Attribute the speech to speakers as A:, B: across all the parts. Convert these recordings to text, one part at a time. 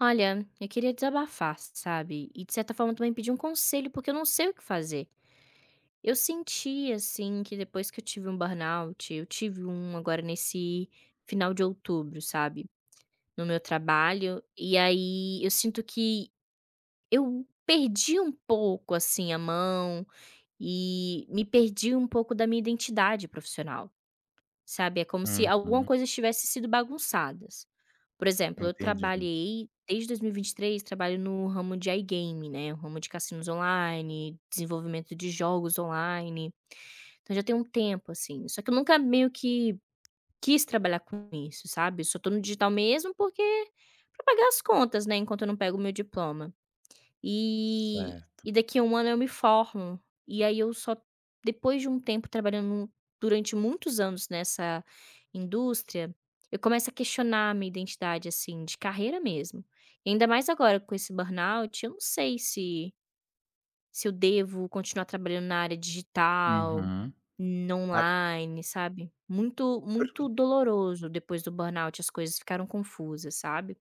A: Olha, eu queria desabafar, sabe? E de certa forma também pedir um conselho, porque eu não sei o que fazer. Eu senti, assim, que depois que eu tive um burnout, eu tive um agora nesse final de outubro, sabe? No meu trabalho. E aí eu sinto que eu perdi um pouco, assim, a mão e me perdi um pouco da minha identidade profissional. Sabe, é como se
B: Uhum,
A: alguma coisa tivesse sido bagunçadas. Por exemplo, eu
B: entendi.
A: trabalhei desde dois mil e vinte e três, trabalho no ramo de iGame, né, o ramo de cassinos online, desenvolvimento de jogos online, então já tem um tempo, assim. Só que eu nunca meio que quis trabalhar com isso, sabe, eu só tô no digital mesmo porque pra pagar as contas, né, enquanto eu não pego o meu diploma. E
B: Certo.
A: e daqui a 1 ano eu me formo. E aí eu só depois de um tempo trabalhando durante muitos anos nessa indústria, eu começo a questionar a minha identidade, assim, de carreira mesmo. E ainda mais agora com esse burnout, eu não sei se eu devo continuar trabalhando na área digital,
B: Uhum.
A: no
B: Ah,
A: online, sabe. Muito
B: per
A: muito doloroso depois do burnout, as coisas ficaram confusas, sabe.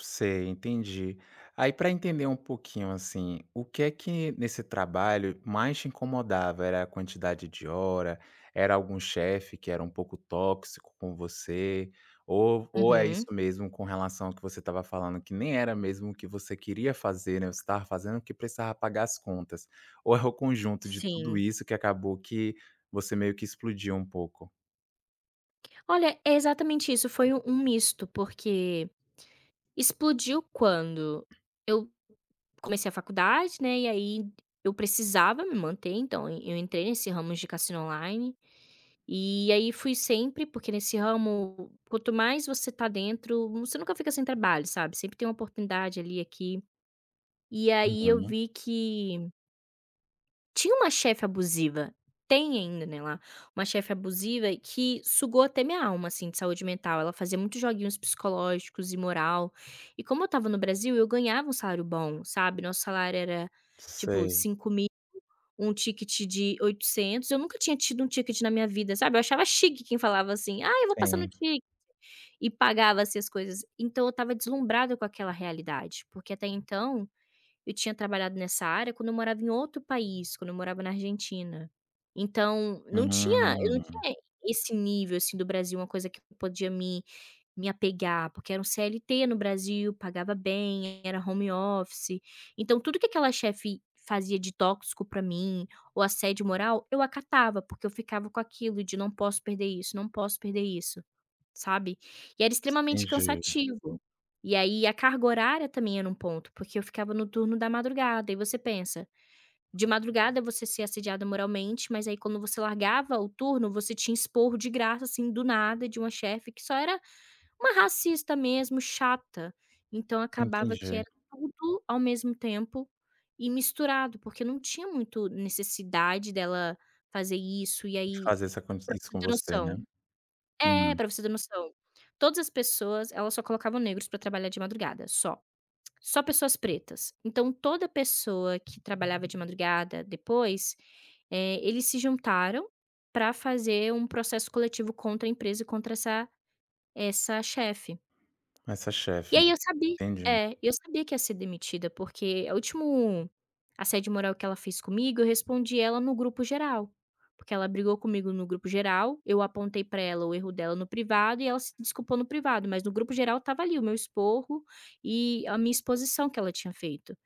B: sei, entendi. Aí para entender um pouquinho, assim, o que é que nesse trabalho mais te incomodava? Era a quantidade de hora? Era algum chefe que era um pouco tóxico com você? Ou é
A: Uhum,
B: isso mesmo com relação ao que você estava falando, que nem era mesmo o que você queria fazer, né, você estava fazendo porque precisava pagar as contas? Ou é o conjunto de tudo
A: sim.
B: isso que acabou que você meio que explodiu um pouco?
A: Olha, é exatamente isso, foi um misto, porque explodiu quando eu comecei a faculdade, né, e aí eu precisava me manter, então eu entrei nesse ramo de cassino online, e aí fui sempre, porque nesse ramo, quanto mais você tá dentro, você nunca fica sem trabalho, sabe, sempre tem uma oportunidade ali, aqui. E aí eu
B: Uhum.
A: vi que tinha uma chefe abusiva, tem ainda, né, lá, uma chefe abusiva que sugou até minha alma, assim, de saúde mental. Ela fazia muitos joguinhos psicológicos e moral. E como eu estava no Brasil, eu ganhava um salário bom, sabe. Nosso salário era, tipo,
B: Sei,
A: 5.000, um ticket de 800. Eu nunca tinha tido um ticket na minha vida, sabe. Eu achava chique quem falava assim: "Ah, eu vou passar no
B: sim.
A: ticket", e pagava, assim, as coisas. Então eu estava deslumbrada com aquela realidade, porque até então eu tinha trabalhado nessa área quando eu morava em outro país, quando eu morava na Argentina. Então, não tinha eu não
B: Hum,
A: tinha esse nível, assim, do Brasil, uma coisa que eu podia me apegar, porque era um CLT no Brasil, pagava bem, era home office. Então tudo que aquela chefe fazia de tóxico pra mim, ou assédio moral, eu acatava, porque eu ficava com aquilo de: "Não posso perder isso, não posso perder isso". Sabe. E era extremamente
B: entendi,
A: cansativo. E aí a carga horária também era um ponto, porque eu ficava no turno da madrugada, e você pensa, de madrugada você ser assediada moralmente, mas aí quando você largava o turno, você tinha esporro de graça, assim, do nada, de uma chefe que só era uma racista mesmo, chata. Então acabava que
B: entendi.
A: era tudo ao mesmo tempo e misturado, porque não tinha muito necessidade dela fazer isso, e aí
B: Fazer isso acon
A: pra
B: isso
A: você
B: com
A: ter
B: você, né.
A: noção
B: Hum,
A: pra você ter noção. Todas as pessoas, elas só colocavam negros pra trabalhar de madrugada, só. Só pessoas pretas. Então toda pessoa que trabalhava de madrugada depois, eles se juntaram pra fazer um processo coletivo contra a empresa e contra essa chefe.
B: essa
A: E
B: chefe, né?
A: aí eu sabia
B: Entendi,
A: é, Eu sabia que ia ser demitida, porque o último assédio moral que ela fez comigo, eu respondi ela no grupo geral, porque ela brigou comigo no grupo geral, eu apontei pra ela o erro dela no privado e ela se desculpou no privado, mas no grupo geral estava ali o meu esporro e a minha exposição que ela tinha feito.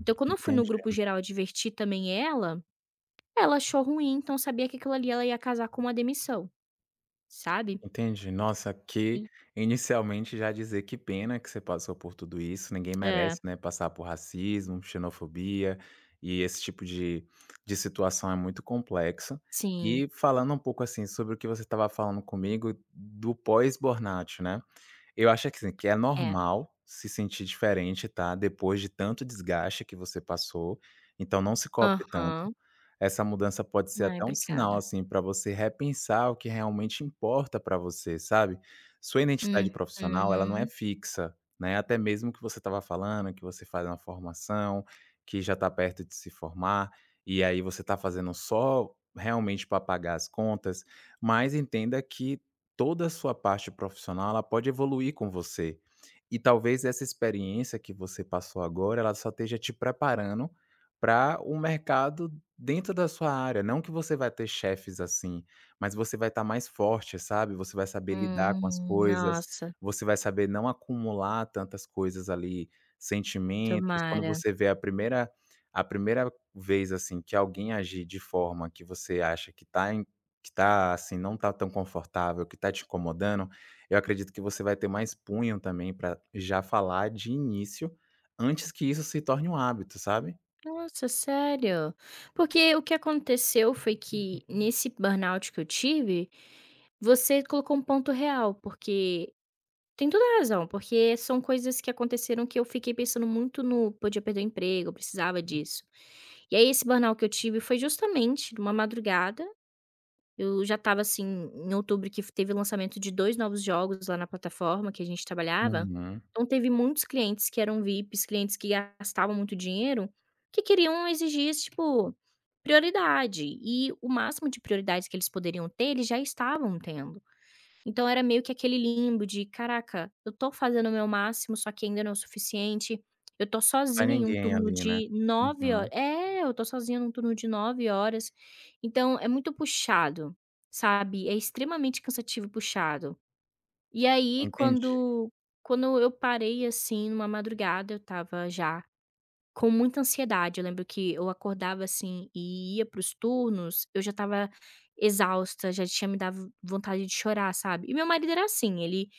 A: Então quando eu fui no
B: entendi,
A: grupo geral advertir também ela achou ruim, então eu sabia que aquilo ali ela ia casar com uma demissão, sabe.
B: entendi. Nossa, que
A: E
B: inicialmente já dizer que pena que você passou por tudo isso, ninguém
A: é,
B: merece, né, passar por racismo, xenofobia, e esse tipo de situação é muito complexa.
A: sim,
B: E falando um pouco, assim, sobre o que você estava falando comigo do pós-burnout, né. Eu acho que, assim, que é
A: é.
B: normal se sentir diferente, tá, depois de tanto desgaste que você passou, então não se cobre tanto.
A: Aham.
B: Essa mudança pode ser
A: Ai,
B: até um sinal,
A: obrigada.
B: assim, para você repensar o que realmente importa para você, sabe. Sua identidade
A: Uhum.
B: profissional, ela não é fixa, né, até mesmo que você estava falando, que você faz uma formação, que já está perto de se formar, e aí você está fazendo só realmente para pagar as contas, mas entenda que toda a sua parte profissional, ela pode evoluir com você. E talvez essa experiência que você passou agora, ela só esteja te preparando para o mercado dentro da sua área, não que você vai ter chefes assim, mas você vai estar mais forte, sabe, você vai saber lidar com as coisas,
A: Nossa,
B: você vai saber não acumular tantas coisas ali, sentimentos. Quando
A: tomara.
B: você vê a primeira vez, assim, que alguém agir de forma que você acha que tá, assim, não tá tão confortável, que tá te incomodando, eu acredito que você vai ter mais punho também para já falar de início, antes que isso se torne um hábito, sabe?
A: Nossa, sério? Porque o que aconteceu foi que nesse burnout que eu tive, você colocou um ponto real, porque tem toda a razão, porque são coisas que aconteceram que eu fiquei pensando muito no podia perder o emprego, eu precisava disso. E aí esse burnout que eu tive foi justamente numa madrugada. Eu já estava, assim, em outubro que teve o lançamento de 2 novos jogos lá na plataforma que a gente trabalhava,
B: Uhum.
A: então teve muitos clientes que eram VIPs, clientes que gastavam muito dinheiro, que queriam exigir esse tipo, prioridade, e o máximo de prioridades que eles poderiam ter, eles já estavam tendo. Então era meio que aquele limbo de: "Caraca, eu tô fazendo o meu máximo, só que ainda não é o suficiente. Eu tô
B: Pra
A: sozinha em um
B: ninguém
A: turno
B: ali, né.
A: de 9 horas.
B: Uhum.
A: É, eu tô sozinha num turno de 9 horas." Então é muito puxado, sabe, é extremamente cansativo e puxado. E aí
B: Entendi.
A: quando eu parei, assim, numa madrugada, eu estava já com muita ansiedade, eu lembro que eu acordava, assim, e ia para os turnos, eu já estava exausta, já tinha me dado vontade de chorar, sabe. E meu marido era assim, ele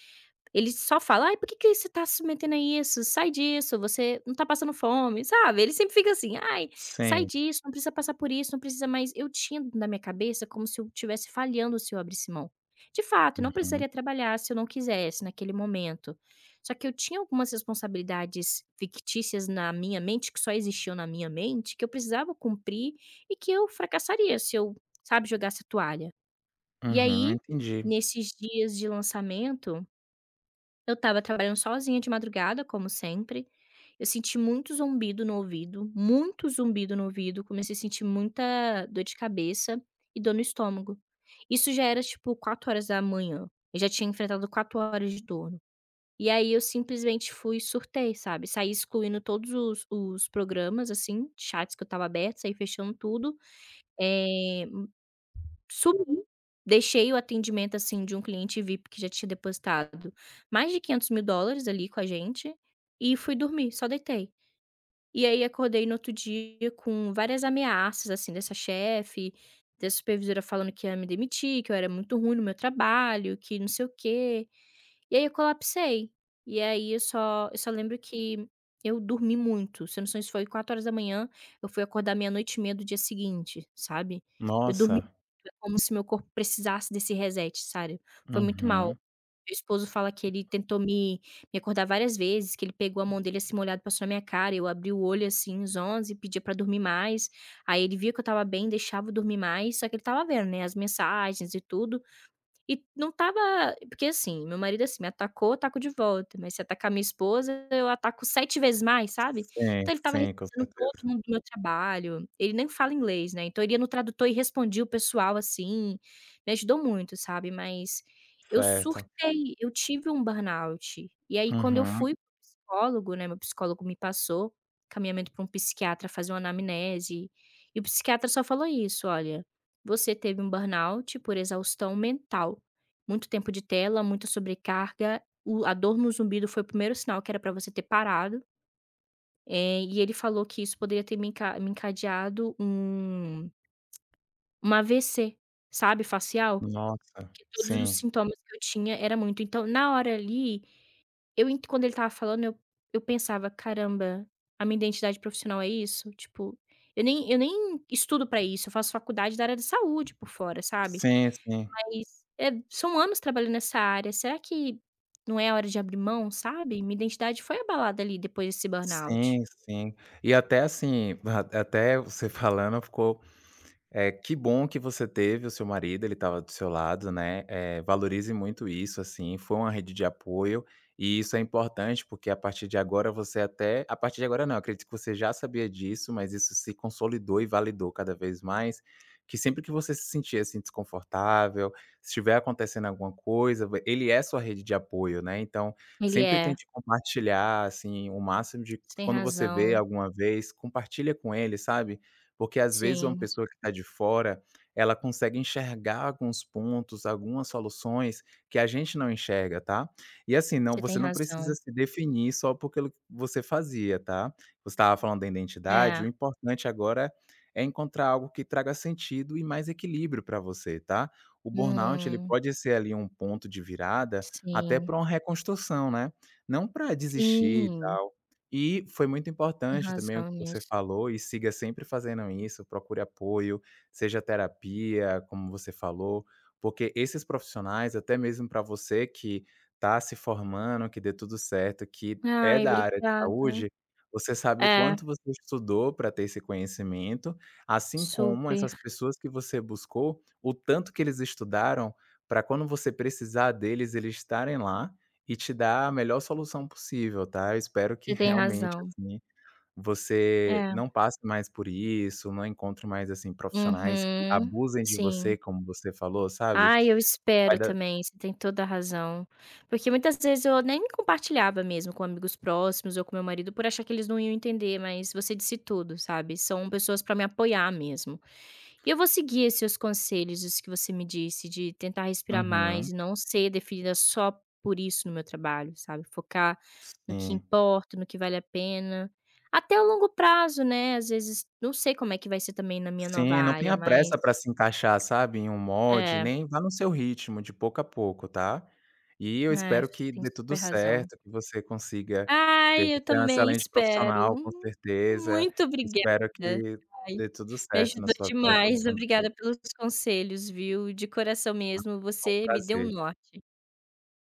A: ele só fala: "Ai, por que que você tá se metendo a isso? Sai disso, você não tá passando fome", sabe. Ele sempre fica assim: "Ai, sai
B: Sim.
A: disso, não precisa passar por isso, não precisa mais". Eu tinha na minha cabeça como se eu estivesse falhando se eu abrisse mão. De fato, eu não
B: Uhum.
A: precisaria trabalhar se eu não quisesse naquele momento. Só que eu tinha algumas responsabilidades fictícias na minha mente, que só existiam na minha mente, que eu precisava cumprir e que eu fracassaria se eu, sabe, jogasse a toalha. E
B: Uhum,
A: aí,
B: entendi.
A: nesses dias de lançamento eu estava trabalhando sozinha de madrugada, como sempre. Eu senti muito zumbido no ouvido, muito zumbido no ouvido, comecei a sentir muita dor de cabeça e dor no estômago. Isso já era tipo 4 horas da manhã. Eu já tinha enfrentado 4 horas de dor. E aí eu simplesmente fui e surtei, sabe, saí excluindo todos os programas, assim, chats que eu estava aberto, saí fechando tudo, eh sumi, deixei o atendimento, assim, de um cliente VIP que já tinha depositado mais de 500.000 dólares ali com a gente, e fui dormir, só deitei. E aí acordei no outro dia com várias ameaças, assim, dessa chefe, da supervisora falando que ia me demitir, que eu era muito ruim no meu trabalho, que não sei o quê. E aí eu colapsei. E aí eu só lembro que eu dormi muito, se eu não sei se foi 4 horas da manhã, eu fui acordar 00:30 do dia seguinte, sabe. Eu dormi
B: Nossa.
A: muito, é como se meu corpo precisasse desse reset, sabe. Foi muito mal.
B: Uhum.
A: Meu esposo fala que ele tentou me acordar várias vezes, que ele pegou a mão dele, assim, molhado, passou na minha cara, eu abri o olho, assim, uns onze, pedia pra dormir mais, aí ele via que eu estava bem, deixava eu dormir mais, só que ele estava vendo, né, as mensagens e tudo. E não tava, porque assim, meu marido, assim, me atacou, eu ataco de volta, mas se atacar minha esposa, eu ataco 7 vezes mais, sabe.
B: Sim,
A: Então ele tava
B: sim, com
A: respondendo todo
B: certeza.
A: mundo do meu trabalho, ele nem fala inglês, né, então ele ia no tradutor e respondia o pessoal, assim, me ajudou muito, sabe. Mas eu
B: Certo.
A: surtei, eu tive um burnout. E aí quando eu
B: Uhum.
A: fui para psicólogo, né, meu psicólogo me passou caminhamento para um psiquiatra fazer uma anamnese, e o psiquiatra só falou isso: "Olha, você teve um burnout por exaustão mental. Muito tempo de tela, muita sobrecarga, o a dor no zumbido foi o primeiro sinal que era para você ter parado", e ele falou que isso poderia ter me encadeado um AVC, sabe, facial,
B: Nossa.
A: porque todos os
B: Sim.
A: sintomas que eu tinha era muito. Então, na hora ali, eu ent quando ele estava falando, eu pensava: "Caramba, a minha identidade profissional é isso?" Tipo, eu nem estudo para isso, eu faço faculdade da área de saúde por fora, sabe.
B: Sim, sim.
A: Mas, são anos trabalhando nessa área, será que não é hora de abrir mão, sabe? Minha identidade foi abalada ali depois desse burnout.
B: Sim, sim. E até assim, a até você falando ficou. É, que bom que você teve o seu marido, ele estava do seu lado, né, valorize muito isso, assim, foi uma rede de apoio, e isso é importante, porque a partir de agora você até a partir de agora não, eu acredito que você já sabia disso, mas isso se consolidou e validou cada vez mais, que sempre que você se sentir, assim, desconfortável, se estiver acontecendo alguma coisa, v ele é sua rede de apoio, né, então,
A: Ele
B: sempre
A: é,
B: tente compartilhar, assim, o máximo de
A: você tem
B: quando você vê
A: razão,
B: alguma vez, compartilha com ele, sabe, porque às vezes uma
A: sim,
B: pessoa que está de fora, ela consegue enxergar alguns pontos, algumas soluções que a gente não enxerga, tá. E assim, não
A: você
B: você
A: tem
B: não precisa
A: razão.
B: se definir só por aquilo que você fazia, tá. Você estava falando da identidade,
A: É,
B: o importante agora é encontrar algo que traga sentido e mais equilíbrio para você, tá. O burnout ele
A: hum,
B: pode ser ali um ponto de virada até
A: sim,
B: para uma reconstrução, né, não para desistir e
A: sim,
B: tal. E foi muito
A: tem
B: importante também o
A: razão
B: que você
A: nisso.
B: falou e siga sempre fazendo isso, procure apoio, seja terapia, como você falou, porque esses profissionais, até mesmo para você que está se formando, que dê tudo certo, que é
A: Ai,
B: da área de
A: obrigada.
B: saúde, você sabe o
A: É,
B: quanto você estudou para ter esse conhecimento, assim como
A: super,
B: essas pessoas que você buscou, o tanto que eles estudaram para quando você precisar deles, eles estarem lá e te dá a melhor solução possível, tá. Eu espero que
A: você tem
B: realmente,
A: razão.
B: assim, você
A: É,
B: não passe mais por isso, não encontre mais, assim, profissionais que
A: uhum,
B: abusem de você,
A: sim.
B: como você falou, sabe.
A: Ai, eu
B: Vai
A: espero
B: da
A: também, você tem toda a razão. Porque muitas vezes eu nem compartilhava mesmo com amigos próximos ou com meu marido por achar que eles não iam entender, mas você disse tudo, sabe? São pessoas pra me apoiar mesmo. E eu vou seguir esses seus conselhos, isso que você me disse, de tentar respirar mais
B: uhum.
A: e não ser definida só por isso no meu trabalho, sabe? Focar no que
B: Sim.
A: importa, no que vale a pena. Até o longo prazo, né? Às vezes, não sei como é que vai ser também na minha nova
B: Sim, não
A: área,
B: tenha
A: mas
B: pressa para se encaixar, sabe, em um molde,
A: é.
B: nem vá no seu ritmo, de pouco a pouco, tá. E eu
A: Ai,
B: espero
A: você
B: que
A: tem
B: dê
A: super
B: tudo
A: razão.
B: certo, que você consiga ter
A: Ai, eu
B: você é um
A: também
B: excelente
A: espero.
B: profissional, com certeza.
A: Muito
B: Espero
A: obrigada.
B: que
A: Ai,
B: dê tudo
A: me
B: certo na
A: ajudou
B: sua vida
A: demais.
B: profissional.
A: Obrigada pelos conselhos, viu, de coração mesmo,
B: Foi um
A: você me deu um
B: prazer.
A: norte.